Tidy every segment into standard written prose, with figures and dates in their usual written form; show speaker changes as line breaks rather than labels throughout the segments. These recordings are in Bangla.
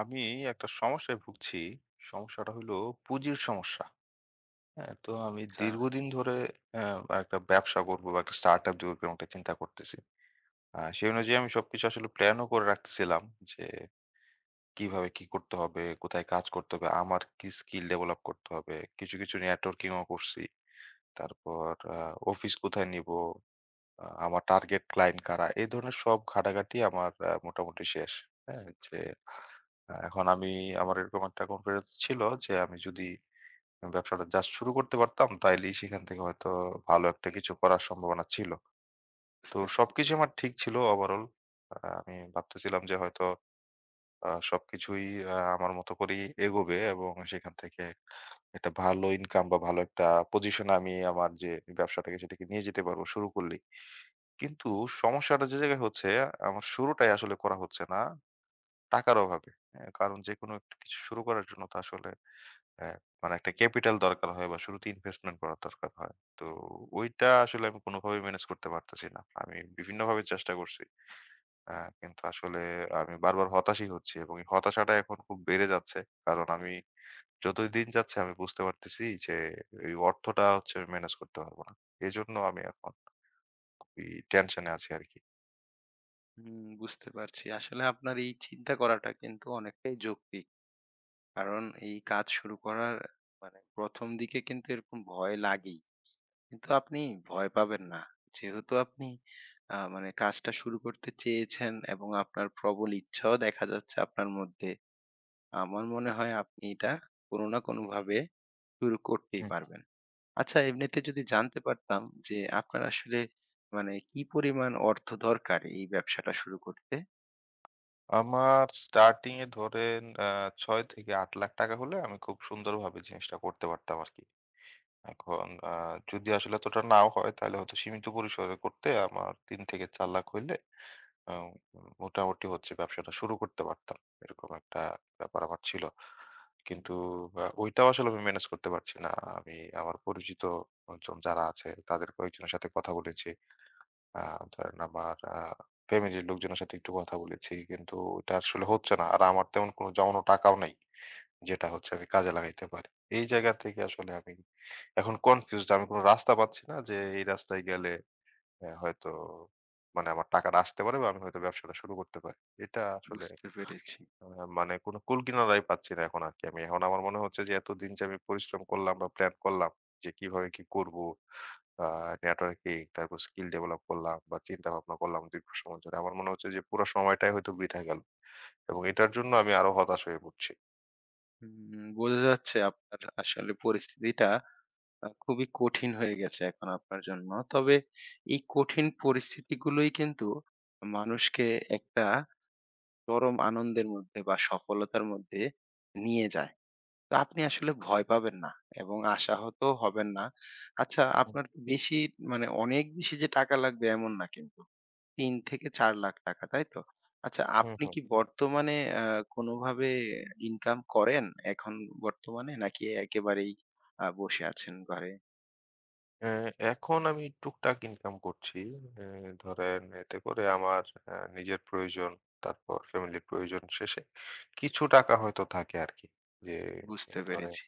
আমি একটা সমস্যায় ভুগছি। সমস্যাটা হইলো পুঁজির সমস্যা। হ্যাঁ? তো আমি
আচ্ছা,
দীর্ঘদিন ধরে একটা ব্যবসা করব বা একটা স্টার্টআপ দিব এরকম একটা চিন্তা করতেছি। সেই অনুযায়ী আমি সবকিছু আসলে প্ল্যানও করে রাখতেছিলাম যে কিভাবে কি করতে হবে, কোথায় কাজ করতে হবে, আমার কি স্কিল ডেভেলপ করতে হবে। কিছু, কিছু নেটওয়ার্কিং ও করছি। তারপর আ অফিস কোথায় নিবো, আমার টার্গেট ক্লায়েন্ট কারা। এই ধরনের সব ঘাটাঘাটি আমার মোটামুটি শেষ। হ্যাঁ? যে হ্যাঁ, এখন আমি আমার এরকম একটা কনফিডেন্স ছিল যে আমি যদি ব্যবসাটা জাস্ট শুরু করতে পারতাম তাইলেই সেখান থেকে হয়তো ভালো একটা কিছু করার সম্ভাবনা ছিল। তো
বুঝতে পেরেছি।
সবকিছু আমার ঠিক ছিল ওভারঅল। আমি ভাবতেছিলাম যে হয়তো সবকিছুই আমার মতো করেই এগোবে এবং সেখান থেকে একটা ভালো ইনকাম বা ভালো একটা পজিশনে আমি আমার যে ব্যবসাটাকে সেটাকে নিয়ে যেতে পারবো শুরু করলেই। কিন্তু সমস্যাটা যে জায়গায় হচ্ছে আমার শুরুটাই আসলে করা হচ্ছে না টাকার অভাবে। কারণ যেকোনো একটা কিছু শুরু করার জন্য তো আসলে হ্যাঁ, মানে একটা ক্যাপিটাল দরকার হয় বা শুরুতে ইনভেস্টমেন্ট করার দরকার হয়। তো ওইটা আসলে আমি কোনোভাবেই মেনেজ করতে পারতেছি না। আমি বিভিন্নভাবে চেষ্টা করছি। আ কিন্তু আসলে আমি বারবার হতাশই হচ্ছি এবং এই হতাশাটা এখন খুব বেড়ে যাচ্ছে। কারণ আমি যতই দিন যাচ্ছে আমি বুঝতে পারতেছি যে এই অর্থটা হচ্ছে আমি মেনেজ করতে পারব না। এজন্য আমি এখন খুবই টেনশনে আছি আরকি।
হুম, বুঝতে পারছি। আসলে আপনার এই চিন্তা করাটা কিন্তু অনেকটাই যৌক্তিক। কারণ এই কাজ শুরু করার মানে ১ম দিকে কিন্তু এরকম ভয় লাগেই। কিন্তু আপনি ভয় পাবেন না। যেহেতু আপনি মানে কাজটা শুরু করতে চেয়েছেন এবং আপনার প্রবল ইচ্ছাও দেখা যাচ্ছে আপনার মধ্যে। আমার মনে হয় আপনি এটা কোনো না কোনোভাবে শুরু করতেই
হুম।
পারবেন। আচ্ছা এমনিতে যদি জানতে পারতাম যে আপনার আসলে মানে কি পরিমাণ অর্থ দরকার এই ব্যবসাটা শুরু করতে?
আমার স্টার্টিং এ ধরেন ৬ থেকে ৳৮,০০,০০০ হলে আমি খুব সুন্দরভাবে জিনিসটা করতে পারতাম আরকি। এখন যদি আসলে এতটা নাও হয় তাহলে হয়তো সীমিত পরিসরে করতে আমার ৩ থেকে ৪ লাখ হইলে আ মোটামুটি হচ্ছে ব্যবসাটা শুরু করতে পারতাম। এরকম একটা ব্যাপার আমার ছিল। কিন্তু ওইটাও আসলে আমি মেনেজ করতে পারছি না। আমি আমার পরিচিত লোকজন যারা আছে তাদের কয়েকজনের সাথে কথা বলেছি। আ ধরেন আমার ফ্যামিলির লোকজনের সাথে একটু কথা বলেছি। কিন্তু ওটা আসলে হচ্ছে না। আর আমার তেমন কোনো জমানো টাকাও নাই যেটা হচ্ছে আমি কাজে লাগাইতে পারি। এই জায়গা থেকে আসলে আমি এখন কনফিউজড, আমি কোন রাস্তা পাচ্ছি না যে এই রাস্তায় গেলে হয়তো মানে আমার টাকাটা আসতে পারে বা আমি হয়তো ব্যবসাটা শুরু করতে পারি। এটা আসলে
বুঝতে পেরেছি।
আ মানে কোন কুল কিনারাই পাচ্ছি না এখন আরকি। আমি এখন আমার মনে হচ্ছে যে এতদিন যে আমি পরিশ্রম করলাম বা প্ল্যান করলাম যে কিভাবে কি করবো, আ নেটওয়ার্কিং তারপর স্কিল ডেভেলপ করলাম বা চিন্তা ভাবনা করলাম দীর্ঘ সময় ধরে। আমার মনে হচ্ছে যে পুরা সময়টাই হয়তো বৃথা গেল। এবং এটার জন্য আমি আরো হতাশ হয়ে পড়ছি।
হুম, বোঝা যাচ্ছে আপনার আসলে পরিস্থিতিটা খুবই কঠিন হয়ে গেছে এখন আপনার জন্য। তবে এই কঠিন পরিস্থিতিগুলোই কিন্তু মানুষকে একটা চরম আনন্দের মধ্যে বা সফলতার মধ্যে নিয়ে যায়। তো আপনি আসলে ভয় পাবেন না এবং আশাহত হবেন না। আচ্ছা
হুম,
আপনার তো বেশি মানে অনেক বেশি যে টাকা লাগবে এমন না কিন্তু। ৩ থেকে ৪ লাখ টাকা, তাই তো? আচ্ছা
হুম,
আপনি
হুম।
কি বর্তমানে আ কোনোভাবে ইনকাম করেন এখন বর্তমানে? নাকি একেবারেই বসে আছেন ঘরে?
হ্যাঁ, এখন আমি টুকটাক ইনকাম করছি। এ ধরেন এতে করে আমার নিজের প্রয়োজন, তারপর ফ্যামিলির প্রয়োজন শেষে কিছু টাকা হয়তো থাকে আরকি। যে
বুঝতে
ধরেন
পেরেছি।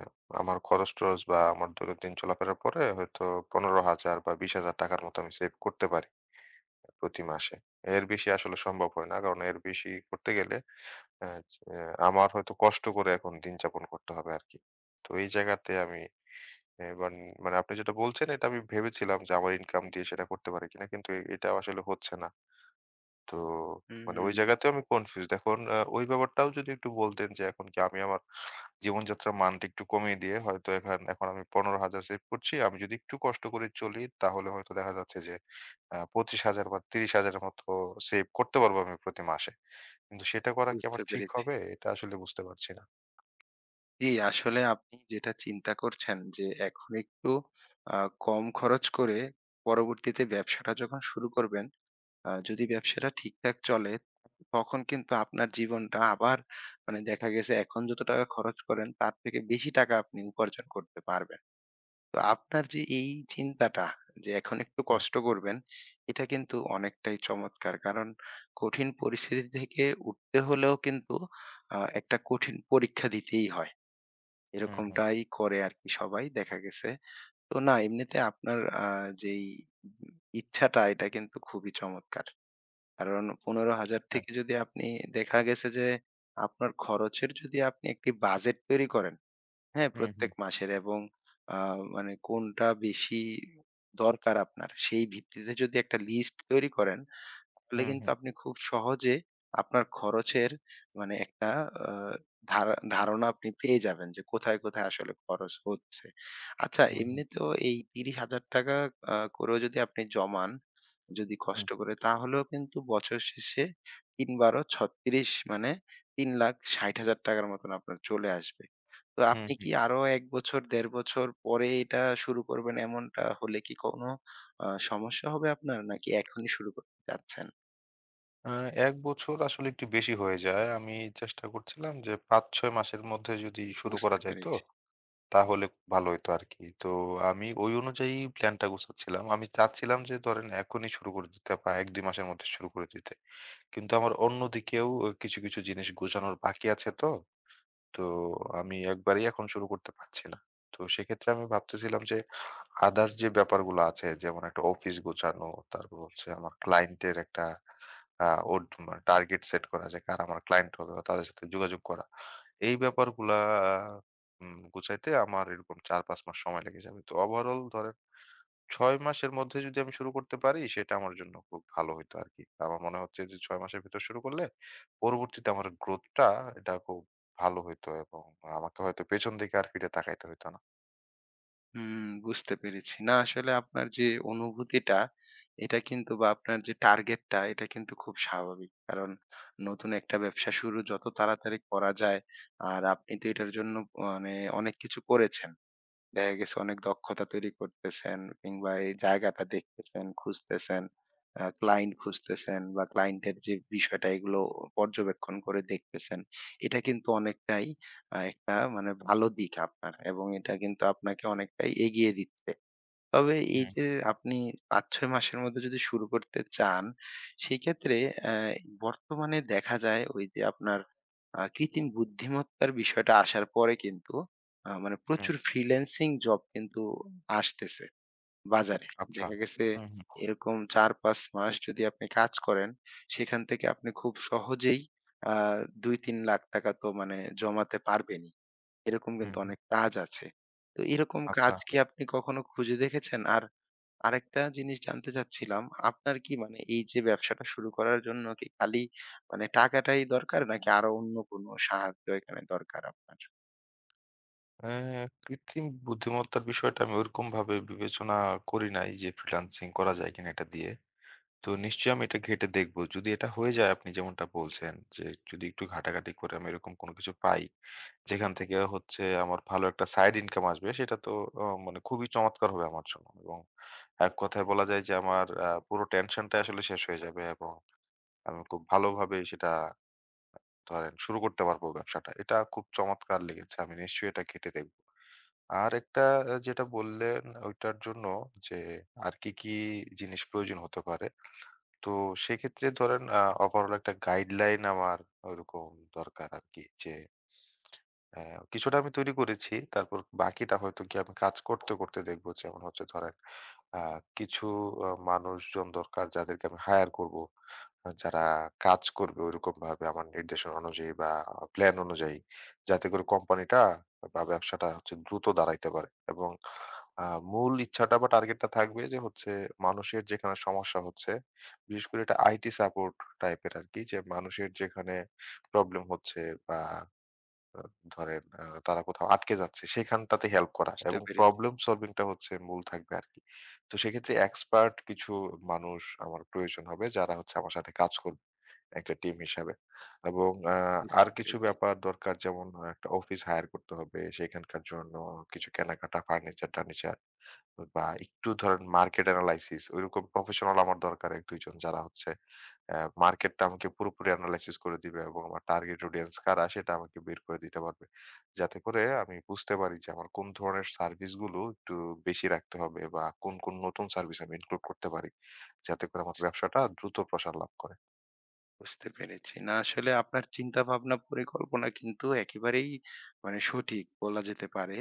আ আমার খরচ-টরচ বা আমার দৈনন্দিন চলাফেরার পরে হয়তো ১৫,০০০ বা ২০,০০০ টাকার মতো আমি সেভ করতে পারি প্রতি মাসে। এর বেশি আসলে সম্ভব হয় না। কারণ এর বেশি করতে গেলে আ চ আমার হয়তো কষ্ট করে এখন দিন যাপন করতে হবে আরকি। তো এই জায়গাতে আমি এবার মানে আপনি যেটা বলছেন এটা আমি ভেবেছিলাম যে আমার ইনকাম দিয়ে সেটা করতে পারি কিনা কিন্তু এটা আসলে হচ্ছে না। তো মানে ওই
হুম,
জায়গাতেও আমি কনফিউজ এখন ওই ব্যাপারটাও যদি একটু বলতেন যে এখন কি আমি আমার জীবনযাত্রার মানটা একটু কমিয়ে দিয়ে হয়তো এখন এখন আমি ১৫,০০০ সেভ করছি, আমি যদি একটু কষ্ট করে চলি তাহলে হয়তো দেখা যাচ্ছে যে ২৫,০০০ বা ৩০,০০০ মতো সেভ করতে পারবো আমি প্রতি মাসে। কিন্তু সেটা করা কি
বুঝতে
আমার ঠিক
পেরেছি।
হবে এটা আসলে বুঝতে পারছি না।
জি, আসলে আপনি যেটা চিন্তা করছেন যে এখন একটু আ কম খরচ করে পরবর্তীতে ব্যবসাটা যখন শুরু করবেন, যদি ব্যবসাটা ঠিকঠাক চলে, তখন কিন্তু আপনার জীবনটা আবার মানে দেখা গেছে এখন যত টাকা খরচ করেন, তার থেকে বেশি টাকা আপনি উপার্জন করতে পারবেন। তো আপনার যে এই চিন্তাটা যে এখন একটু
হুম,
কষ্ট করবেন, এটা কিন্তু অনেকটাই চমৎকার। কারণ কঠিন পরিস্থিতি থেকে উঠতে হলেও কিন্তু একটা কঠিন পরীক্ষা দিতেই হয়।
হুম, হুম,
এরকমটাই করে আরকি সবাই দেখা গেছে। তো না এমনিতে আপনার আ যেই ইচ্ছাটা এটা কিন্তু খুবই চমৎকার। কারণ ১৫,০০০
হ্যাঁ,
থেকে যদি আপনি দেখা গেছে যে আপনার খরচের যদি আপনি একটি বাজেট তৈরি করেন, হ্যাঁ,
হুম,
প্রত্যেক
হুম,
মাসের এবং আ মানে কোনটা বেশি দরকার আপনার সেই ভিত্তিতে যদি একটা লিস্ট তৈরি করেন, তাহলে
হুম,
কিন্তু
হুম,
আপনি খুব সহজে আপনার খরচের মানে একটা আ ধারণা আপনি পেয়ে যাবেন যে কোথায়, কোথায় আসলে খরচ হচ্ছে। আচ্ছা
হুম, হুম,
এমনিতেও এই ৳৩০,০০০ করেও যদি আপনি জমান, যদি
হুম,
কষ্ট করে তাহলেও কিন্তু বছর শেষে ৩ বারো ৩৬ মানে ৳৩,৬০,০০০ মতন আপনার চলে আসবে। তো
হুম।
আপনি কি আরো ১ বছর ১.৫ বছর পরে এটা শুরু করবেন এমনটা হলে কি কোনো সমস্যা হবে আপনার? নাকি এখনই শুরু করতে চাচ্ছেন?
আ ১ বছর আসলে একটু বেশি হয়ে যায়। আমি চেষ্টা করছিলাম যে ৫-৬ মাসের মধ্যে যদি শুরু করা
বুঝতে
যাইত,
পেরেছি।
তাহলে ভালো হইতো আরকি। তো আমি ওই অনুযায়ী প্ল্যানটা গুছাচ্ছিলাম। আমি চাচ্ছিলাম যে ধরেন এখনই শুরু করে দিতে বা ১-২ মাসের মধ্যে শুরু করে দিতে। কিন্তু আমার অন্যদিকেও কিছু, কিছু জিনিস গোছানোর বাকি আছে তো। তো আমি একবারেই এখন শুরু করতে পারছি না। তো সেক্ষেত্রে আমি ভাবতেছিলাম যে আদার যে ব্যাপারগুলো আছে যেমন একটা অফিস গোছানো, তারপর হচ্ছে আমার ক্লায়েন্টের একটা আ ওর টার্গেট সেট করা যে কারা আমার ক্লায়েন্ট হবে বা তাদের সাথে যোগাযোগ করা। এই ব্যাপারগুলা আহ, উম গুছাইতে আমার এরকম ৪-৫ মাস সময় লেগে যাবে। তো ওভারঅল ধরেন ৬ মাসের মধ্যে যদি আমি শুরু করতে পারি সেটা আমার জন্য খুব ভালো হইতো আরকি। আমার মনে হচ্ছে যে ৬ মাসের ভেতর শুরু করলে পরবর্তীতে আমার গ্রোথটা এটা খুব ভালো হইতো এবং আমাকে হয়তো পেছন দিকে আর ফিরে তাকাইতে হইতো না।
হুম, বুঝতে পেরেছি। না আসলে আপনার যে অনুভূতিটা, এটা কিন্তু বা আপনার যে টার্গেটটা এটা কিন্তু খুব স্বাভাবিক। কারণ নতুন একটা ব্যবসা শুরু যত তাড়াতাড়ি করা যায় আর আপনি তো এটার জন্য মানে অনেক কিছু করেছেন। দেখা গেছে অনেক দক্ষতা তৈরি করতেছেন কিংবা এই জায়গাটা দেখতেছেন, খুঁজতেছেন, ক্লায়েন্ট খুঁজতেছেন বা ক্লায়েন্টের যে বিষয়টা এগুলো পর্যবেক্ষণ করে দেখতেছেন। এটা কিন্তু অনেকটাই একটা মানে ভালো দিক আপনার এবং এটা কিন্তু আপনাকে অনেকটাই এগিয়ে দিচ্ছে। তবে এই
হুম,
যে আপনি ৫-৬ মাসের মধ্যে যদি শুরু করতে চান, সেক্ষেত্রে অ্যা বর্তমানে দেখা যায় ওই যে আপনার কৃত্রিম বুদ্ধিমত্তার বিষয়টা আসার পরে কিন্তু মানে
হুম,
প্রচুর ফ্রিল্যান্সিং জব কিন্তু আসতেছে বাজারে।
আচ্ছা।
দেখা গেছে
হুম, হুম,
এরকম ৪-৫ মাস যদি আপনি কাজ করেন, সেখান থেকে আপনি খুব সহজেই আ ২-৩ লাখ টাকা তো মানে জমাতে পারবেনই। এরকম
হুম,
কিন্তু
হুম,
অনেক কাজ আছে। তো এরকম
আচ্ছা।
কাজ কি আপনি কখনো খুঁজে দেখেছেন? আর আরেকটা জিনিস জানতে চাচ্ছিলাম, আপনার কি মানে এই যে ব্যবসাটা শুরু করার জন্য কি খালি মানে টাকাটাই দরকার নাকি আরো অন্য কোনো সাহায্য এখানে দরকার আপনার?
অ্যা কৃত্রিম বুদ্ধিমত্তার বিষয়টা আমি ওরকমভাবে বিবেচনা করি নাই যে ফ্রিল্যান্সিং করা যায় কিনা এটা দিয়ে। তো নিশ্চয়ই আমি এটা ঘেঁটে দেখবো। যদি এটা হয়ে যায়, আপনি যেমনটা বলছেন যে, যদি একটু ঘাটাঘাটি করে আমি এরকম কোনো কিছু পাই, যেখান থেকে হচ্ছে আমার ভালো একটা সাইড ইনকাম আসবে, সেটা তো মানে খুবই চমৎকার হবে আমার জন্য। এবং এক কথায় বলা যায় যে আমার পুরো টেনশনটাই আসলে শেষ হয়ে যাবে এবং আমি খুব ভালোভাবে সেটা ধরেন শুরু করতে পারবো ব্যবসাটা। এটা খুব চমৎকার লেগেছে। আমি নিশ্চয়ই এটা ঘেঁটে দেখবো। আর একটা যেটা বললেন ওইটার জন্য যে, আর কি, কি জিনিস প্রয়োজন হতে পারে? তো সেক্ষেত্রে ধরেন ওভারঅল একটা গাইডলাইন আমার ওইরকম দরকার আরকি। যে হ্যাঁ, কিছুটা আমি তৈরি করেছি। তারপর বাকিটা হয়তো গিয়ে আমি কাজ করতে, করতে দেখব। যেমন হচ্ছে ধরেন আ কিছু মানুষজন দরকার যাদেরকে আমি হায়ার করব। যারা কাজ করবে ঐরকমভাবে আমার নির্দেশনা অনুযায়ী বা প্ল্যান অনুযায়ী। যাতে করে কোম্পানিটা বা ব্যবসাটা হচ্ছে দ্রুত দাঁড়াইতে পারে। এবং আ মূল ইচ্ছাটা বা টার্গেটটা থাকবে যে হচ্ছে মানুষের যেখানে সমস্যা হচ্ছে, বিশেষ করে এটা আইটি সাপোর্ট টাইপের আরকি। যে মানুষের যেখানে প্রবলেম হচ্ছে বা আ ধরেন তারা কোথাও আটকে যাচ্ছে সেখানটাতে হেল্প করা
বুঝতে
এবং
পেরেছি,
প্রবলেম সলভিং টা হচ্ছে মূল থাকবে আরকি। তো সেক্ষেত্রে এক্সপার্ট কিছু মানুষ আমার প্রয়োজন হবে যারা হচ্ছে আমার সাথে কাজ করবে একটা টিম হিসাবে। এবং আর
বুঝতে
কিছু
পেরেছি,
ব্যাপার দরকার যেমন একটা অফিস হায়ার করতে হবে। সেখানকার জন্য কিছু কেনাকাটা, ফার্নিচার-টার্নিচার বা একটু ধরেন মার্কেট এনালাইসিস ঐরকম প্রফেশনাল আমার দরকার ১-২ জন যারা হচ্ছে মার্কেটটা আমাকে পুরোপুরি এনালাইসিস করে দিবে এবং আমার টার্গেট অডিয়েন্স কারা সেটা আমাকে বের করে দিতে পারবে। যাতে করে আমি বুঝতে পারি যে আমার কোন ধরনের সার্ভিস গুলো একটু বেশি রাখতে হবে বা কোন, কোন নতুন সার্ভিস আমি ইনক্লুড করতে পারি। যাতে করে আমার ব্যবসাটা দ্রুত প্রসার লাভ করে।
বুঝতে পেরেছি। না আসলে আপনার চিন্তা ভাবনা পরিকল্পনা কিন্তু একেবারেই মানে সঠিক বলা যেতে পারে।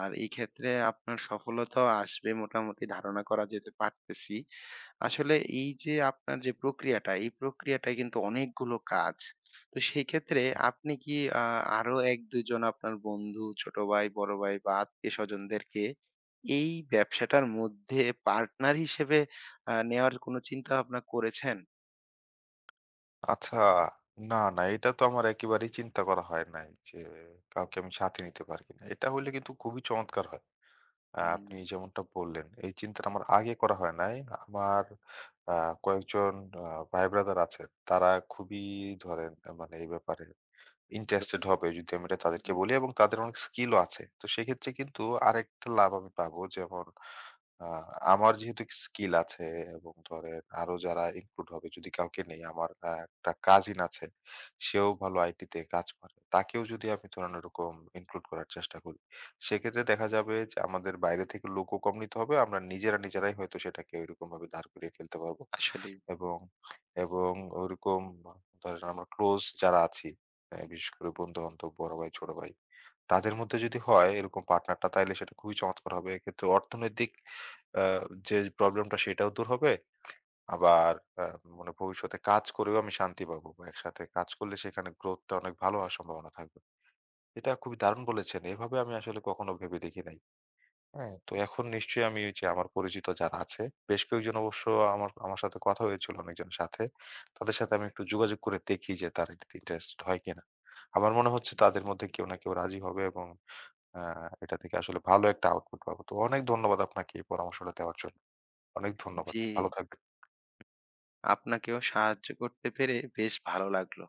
আর এই ক্ষেত্রে আপনার সফলতাও আসবে মোটামুটি ধারণা করা যেতে পারতেছি। আসলে এই যে আপনার যে প্রক্রিয়াটা, এই প্রক্রিয়াটায় কিন্তু অনেকগুলো কাজ। তো সেক্ষেত্রে আপনি কি আ আরো ১-২ জন আপনার বন্ধু, ছোট ভাই, বড় ভাই বা আত্মীয়স্বজনদেরকে এই ব্যবসাটার মধ্যে পার্টনার হিসেবে নেওয়ার কোনো চিন্তাভাবনা করেছেন?
আচ্ছা। না, না এটা তো আমার একেবারেই চিন্তা করা হয় নাই যে কাউকে আমি সাথে নিতে পারি কিনা। এটা হইলে কিন্তু খুবই চমৎকার হয়।
হুম,
আপনি যেমনটা বললেন, এই চিন্তাটা আমার আগে করা হয় নাই। আমার আ কয়েকজন আ ভাই ব্রাদার আছেন। তারা খুবই ধরেন মানে এই ব্যাপারে ইন্টারেস্টেড
এরকম।
হবে যদি আমি এটা তাদেরকে
হুম,
বলি এবং তাদের অনেক স্কিলও আছে। তো সেক্ষেত্রে কিন্তু আরেকটা লাভ আমি পাবো যেমন আ আমার যেহেতু স্কিল আছে এবং ধরেন আরো যারা ইনক্লুড হবে যদি কাউকে নেই, আমার একটা কাজিন আছে। সেও ভালো আইটি তে কাজ করে। তাকেও যদি আমি ধরেন ওরকম ইনক্লুড করার চেষ্টা করি, সেক্ষেত্রে দেখা যাবে যে আমাদের বাইরে থেকে লোকও কম নিতে হবে। আমরা নিজেরা নিজেরাই হয়তো সেটাকে ওইরকমভাবে দাঁড় করিয়ে ফেলতে পারবো।
আসলেই।
এবং, এবং ওরকম ধরেন আমরা ক্লোজ যারা আছি, বিশেষ করে বন্ধু-বান্ধব, বড় ভাই, ছোট ভাই তাদের মধ্যে যদি হয় এরকম পার্টনারটা তাইলে সেটা খুবই চমৎকার হবে। এক্ষেত্রে অর্থনৈতিক আ যে প্রবলেমটা সেটাও দূর হবে। আবার আ মানে ভবিষ্যতে কাজ করেও আমি শান্তি পাবো বা একসাথে কাজ করলে সেখানে গ্রোথটা অনেক ভালো হওয়ার সম্ভাবনা থাকবে। এটা খুবই দারুণ বলেছেন। এভাবে আমি আসলে কখনো ভেবে দেখি নাই। হ্যাঁ, তো এখন নিশ্চয়ই আমি ওই যে আমার পরিচিত যারা আছে, বেশ কয়েকজন অবশ্য আমার আমার সাথে কথা হয়েছিল অনেকজনের সাথে। তাদের সাথে আমি একটু যোগাযোগ করে দেখি যে তারা এটাতে ইন্টারেস্টেড হয় কিনা। আমার মনে হচ্ছে তাদের মধ্যে কেউ না কেউ রাজি হবে এবং আ এটা থেকে আসলে ভালো একটা আউটপুট পাবো। তো অনেক ধন্যবাদ আপনাকে এই পরামর্শটা দেওয়ার জন্য। অনেক ধন্যবাদ।
জি,
ভালো থাকবেন।
আপনাকেও সাহায্য করতে পেরে বেশ ভালো লাগলো।